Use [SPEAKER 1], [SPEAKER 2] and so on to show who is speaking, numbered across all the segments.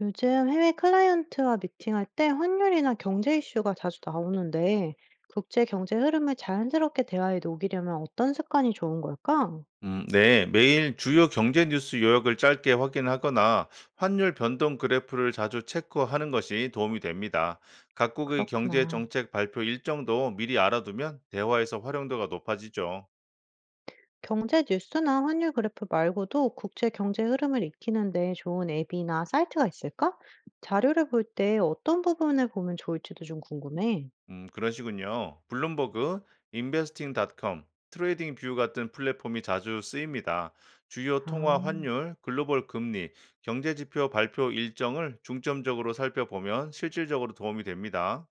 [SPEAKER 1] 요즘 해외 클라이언트와 미팅할 때 환율이나 경제 이슈가 자주 나오는데 국제 경제 흐름을 자연스럽게 대화에 녹이려면 어떤 습관이 좋은 걸까?
[SPEAKER 2] 네. 매일 주요 경제 뉴스 요약을 짧게 확인하거나 환율 변동 그래프를 자주 체크하는 것이 도움이 됩니다. 각국의 경제
[SPEAKER 1] 그렇구나.
[SPEAKER 2] 정책 발표 일정도 미리 알아두면 대화에서 활용도가 높아지죠.
[SPEAKER 1] 경제 뉴스나 환율 그래프 말고도 국제 경제 흐름을 익히는데 좋은 앱이나 사이트가 있을까? 자료를 볼 때 어떤 부분을 보면 좋을지도 좀 궁금해.
[SPEAKER 2] 그런 식군요. 블룸버그, 인베스팅닷컴 com 트레이딩 뷰 같은 플랫폼이 자주 쓰입니다. 주요
[SPEAKER 1] 아.
[SPEAKER 2] 통화 환율, 글로벌 금리, 경제 지표 발표 일정을 중점적으로 살펴보면 실질적으로 도움이 됩니다.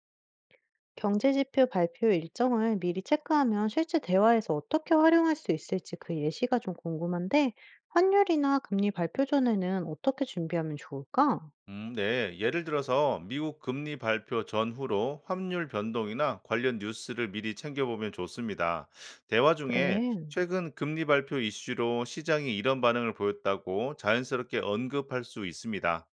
[SPEAKER 1] 경제지표 발표 일정을 미리 체크하면 실제 대화에서 어떻게 활용할 수 있을지 그 예시가 좀 궁금한데, 환율이나 금리 발표 전에는 어떻게 준비하면 좋을까?
[SPEAKER 2] 네. 예를 들어서 미국 금리 발표 전후로 환율 변동이나 관련 뉴스를 미리 챙겨보면 좋습니다. 대화 중에
[SPEAKER 1] 그래.
[SPEAKER 2] 최근 금리 발표 이슈로 시장이 이런 반응을 보였다고 자연스럽게 언급할 수 있습니다.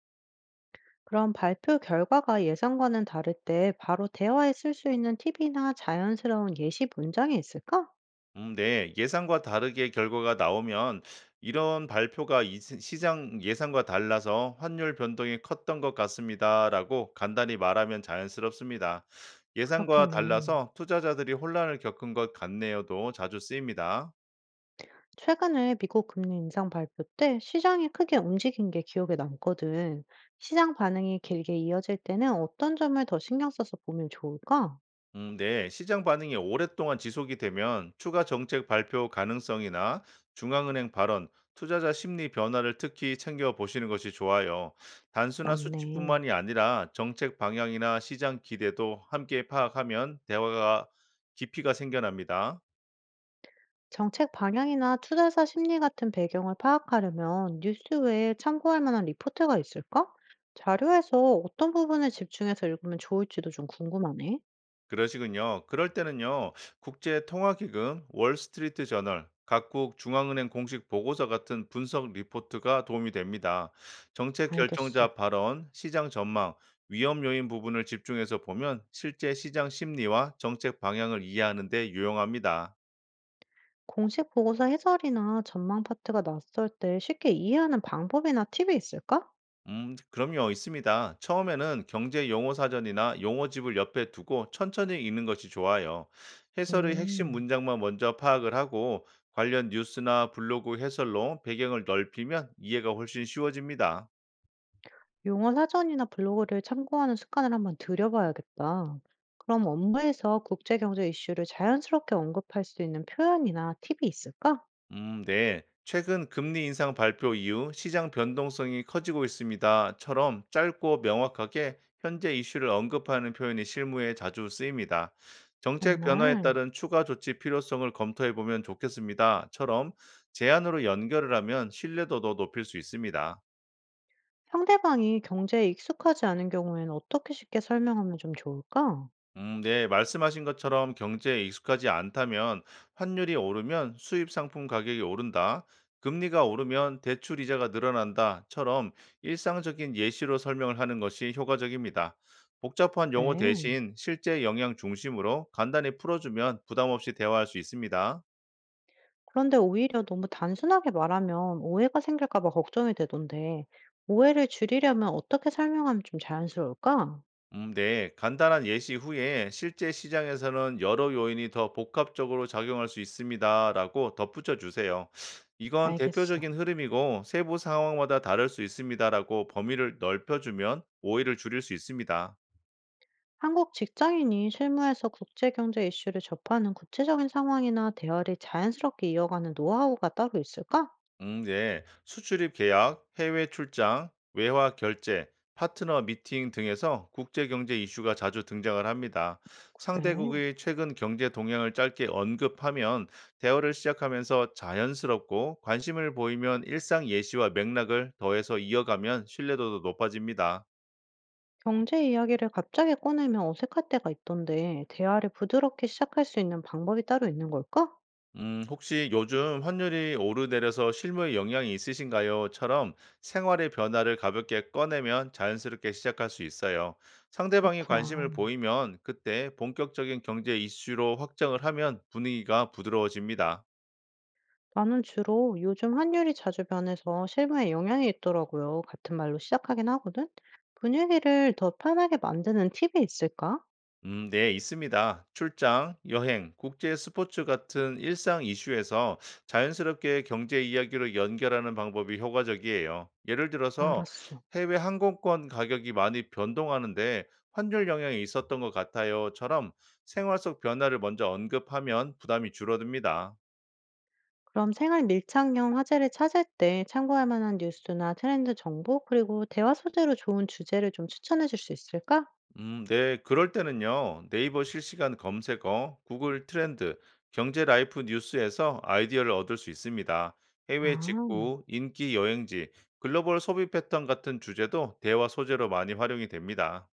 [SPEAKER 1] 그럼 발표 결과가 예상과는 다를 때 바로 대화에 쓸 수 있는 팁이나 자연스러운 예시 문장이 있을까?
[SPEAKER 2] 네. 예상과 다르게 결과가 나오면 "이런 발표가 이 시 시장 예상과 달라서 환율 변동이 컸던 것 같습니다."라고 간단히 말하면 자연스럽습니다. "예상과
[SPEAKER 1] 그렇겠네.
[SPEAKER 2] 달라서 투자자들이 혼란을 겪은 것 같네요."도 자주 쓰입니다.
[SPEAKER 1] 최근에 미국 금리 인상 발표 때 시장이 크게 움직인 게 기억에 남거든. 시장 반응이 길게 이어질 때는 어떤 점을 더 신경 써서 보면 좋을까?
[SPEAKER 2] 네. 시장 반응이 오랫동안 지속이 되면 추가 정책 발표 가능성이나 중앙은행 발언, 투자자 심리 변화를 특히 챙겨 보시는 것이 좋아요. 단순한
[SPEAKER 1] 맞네.
[SPEAKER 2] 수치뿐만이 아니라 정책 방향이나 시장 기대도 함께 파악하면 대화가 깊이가 생겨납니다.
[SPEAKER 1] 정책 방향이나 투자사 심리 같은 배경을 파악하려면 뉴스 외에 참고할 만한 리포트가 있을까? 자료에서 어떤 부분에 집중해서 읽으면 좋을지도 좀 궁금하네.
[SPEAKER 2] 그러시군요. 그럴 때는요, 국제통화기금, 월스트리트 저널, 각국 중앙은행 공식 보고서 같은 분석 리포트가 도움이 됩니다. 정책
[SPEAKER 1] 알겠어.
[SPEAKER 2] 결정자 발언, 시장 전망, 위험 요인 부분을 집중해서 보면 실제 시장 심리와 정책 방향을 이해하는 데 유용합니다.
[SPEAKER 1] 공식 보고서 해설이나 전망 파트가 낯설 때 쉽게 이해하는 방법이나 팁이 있을까?
[SPEAKER 2] 그럼요, 있습니다. 처음에는 경제 용어 사전이나 용어집을 옆에 두고 천천히 읽는 것이 좋아요. 해설의 핵심
[SPEAKER 1] 음,
[SPEAKER 2] 문장만 먼저 파악을 하고 관련 뉴스나 블로그 해설로 배경을 넓히면 이해가 훨씬 쉬워집니다.
[SPEAKER 1] 용어 사전이나 블로그를 참고하는 습관을 한번 들여봐야겠다. 그럼 업무에서 국제경제 이슈를 자연스럽게 언급할 수 있는 표현이나 팁이 있을까?
[SPEAKER 2] 네. 최근 금리 인상 발표 이후 시장 변동성이 커지고 있습니다.처럼 짧고 명확하게 현재 이슈를 언급하는 표현이 실무에 자주 쓰입니다. 정책 변화에
[SPEAKER 1] 정말.
[SPEAKER 2] 따른 추가 조치 필요성을 검토해 보면 좋겠습니다.처럼 제안으로 연결을 하면 신뢰도도 높일 수 있습니다.
[SPEAKER 1] 상대방이 경제에 익숙하지 않은 경우에는 어떻게 쉽게 설명하면 좀 좋을까?
[SPEAKER 2] 네, 말씀하신 것처럼 경제에 익숙하지 않다면 환율이 오르면 수입 상품 가격이 오른다, 금리가 오르면 대출 이자가 늘어난다처럼 일상적인 예시로 설명을 하는 것이 효과적입니다. 복잡한 용어
[SPEAKER 1] 그래.
[SPEAKER 2] 대신 실제 영향 중심으로 간단히 풀어주면 부담 없이 대화할 수 있습니다.
[SPEAKER 1] 그런데 오히려 너무 단순하게 말하면 오해가 생길까 봐 걱정이 되던데, 오해를 줄이려면 어떻게 설명하면 좀 자연스러울까?
[SPEAKER 2] 네. 간단한 예시 후에 실제 시장에서는 여러 요인이 더 복합적으로 작용할 수 있습니다. 라고 덧붙여 주세요. 이건
[SPEAKER 1] 알겠어.
[SPEAKER 2] 대표적인 흐름이고 세부 상황마다 다를 수 있습니다. 라고 범위를 넓혀주면 오해를 줄일 수 있습니다.
[SPEAKER 1] 한국 직장인이 실무에서 국제 경제 이슈를 접하는 구체적인 상황이나 대화를 자연스럽게 이어가는 노하우가 따로 있을까?
[SPEAKER 2] 네. 수출입 계약, 해외 출장, 외화 결제, 파트너 미팅 등에서 국제 경제 이슈가 자주 등장을 합니다.
[SPEAKER 1] 그래.
[SPEAKER 2] 상대국의 최근 경제 동향을 짧게 언급하면 대화를 시작하면서 자연스럽고 관심을 보이면 일상 예시와 맥락을 더해서 이어가면 신뢰도도 높아집니다.
[SPEAKER 1] 경제 이야기를 갑자기 꺼내면 어색할 때가 있던데, 대화를 부드럽게 시작할 수 있는 방법이 따로 있는 걸까?
[SPEAKER 2] 혹시 "요즘 환율이 오르내려서 실무에 영향이 있으신가요?"처럼 생활의 변화를 가볍게 꺼내면 자연스럽게 시작할 수 있어요. 상대방이
[SPEAKER 1] 그렇구나.
[SPEAKER 2] 관심을 보이면 그때 본격적인 경제 이슈로 확장을 하면 분위기가 부드러워집니다.
[SPEAKER 1] 나는 주로 "요즘 환율이 자주 변해서 실무에 영향이 있더라고요." 같은 말로 시작하긴 하거든? 분위기를 더 편하게 만드는 팁이 있을까?
[SPEAKER 2] 네, 있습니다. 출장, 여행, 국제 스포츠 같은 일상 이슈에서 자연스럽게 경제 이야기로 연결하는 방법이 효과적이에요. 예를 들어서
[SPEAKER 1] 알았어.
[SPEAKER 2] 해외 항공권 가격이 많이 변동하는데 환율 영향이 있었던 것 같아요.처럼 생활 속 변화를 먼저 언급하면 부담이 줄어듭니다.
[SPEAKER 1] 그럼 생활 밀착형 화제를 찾을 때 참고할 만한 뉴스나 트렌드 정보, 그리고 대화 소재로 좋은 주제를 좀 추천해 줄 수 있을까?
[SPEAKER 2] 네. 그럴 때는요. 네이버 실시간 검색어, 구글 트렌드, 경제 라이프 뉴스에서 아이디어를 얻을 수 있습니다.
[SPEAKER 1] 아,
[SPEAKER 2] 해외 직구, 인기 여행지, 글로벌 소비 패턴 같은 주제도 대화 소재로 많이 활용이 됩니다.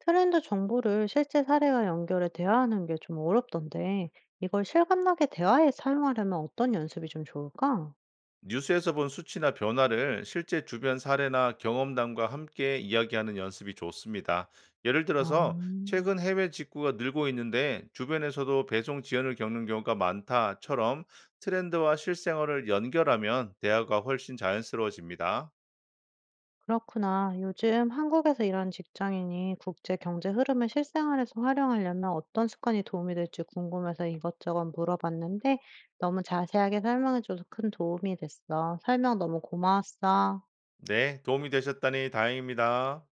[SPEAKER 1] 트렌드 정보를 실제 사례와 연결해 대화하는 게 좀 어렵던데, 이걸 실감나게 대화에 사용하려면 어떤 연습이 좀 좋을까?
[SPEAKER 2] 뉴스에서 본 수치나 변화를 실제 주변 사례나 경험담과 함께 이야기하는 연습이 좋습니다. 예를
[SPEAKER 1] 아.
[SPEAKER 2] 들어서 최근 해외 직구가 늘고 있는데 주변에서도 배송 지연을 겪는 경우가 많다처럼 트렌드와 실생활을 연결하면 대화가 훨씬 자연스러워집니다.
[SPEAKER 1] 그렇구나. 요즘 한국에서 일하는 직장인이 국제 경제 흐름을 실생활에서 활용하려면 어떤 습관이 도움이 될지 궁금해서 이것저것 물어봤는데 너무 자세하게 설명해줘서 큰 도움이 됐어. 설명 너무 고마웠어.
[SPEAKER 2] 네, 도움이 되셨다니 다행입니다.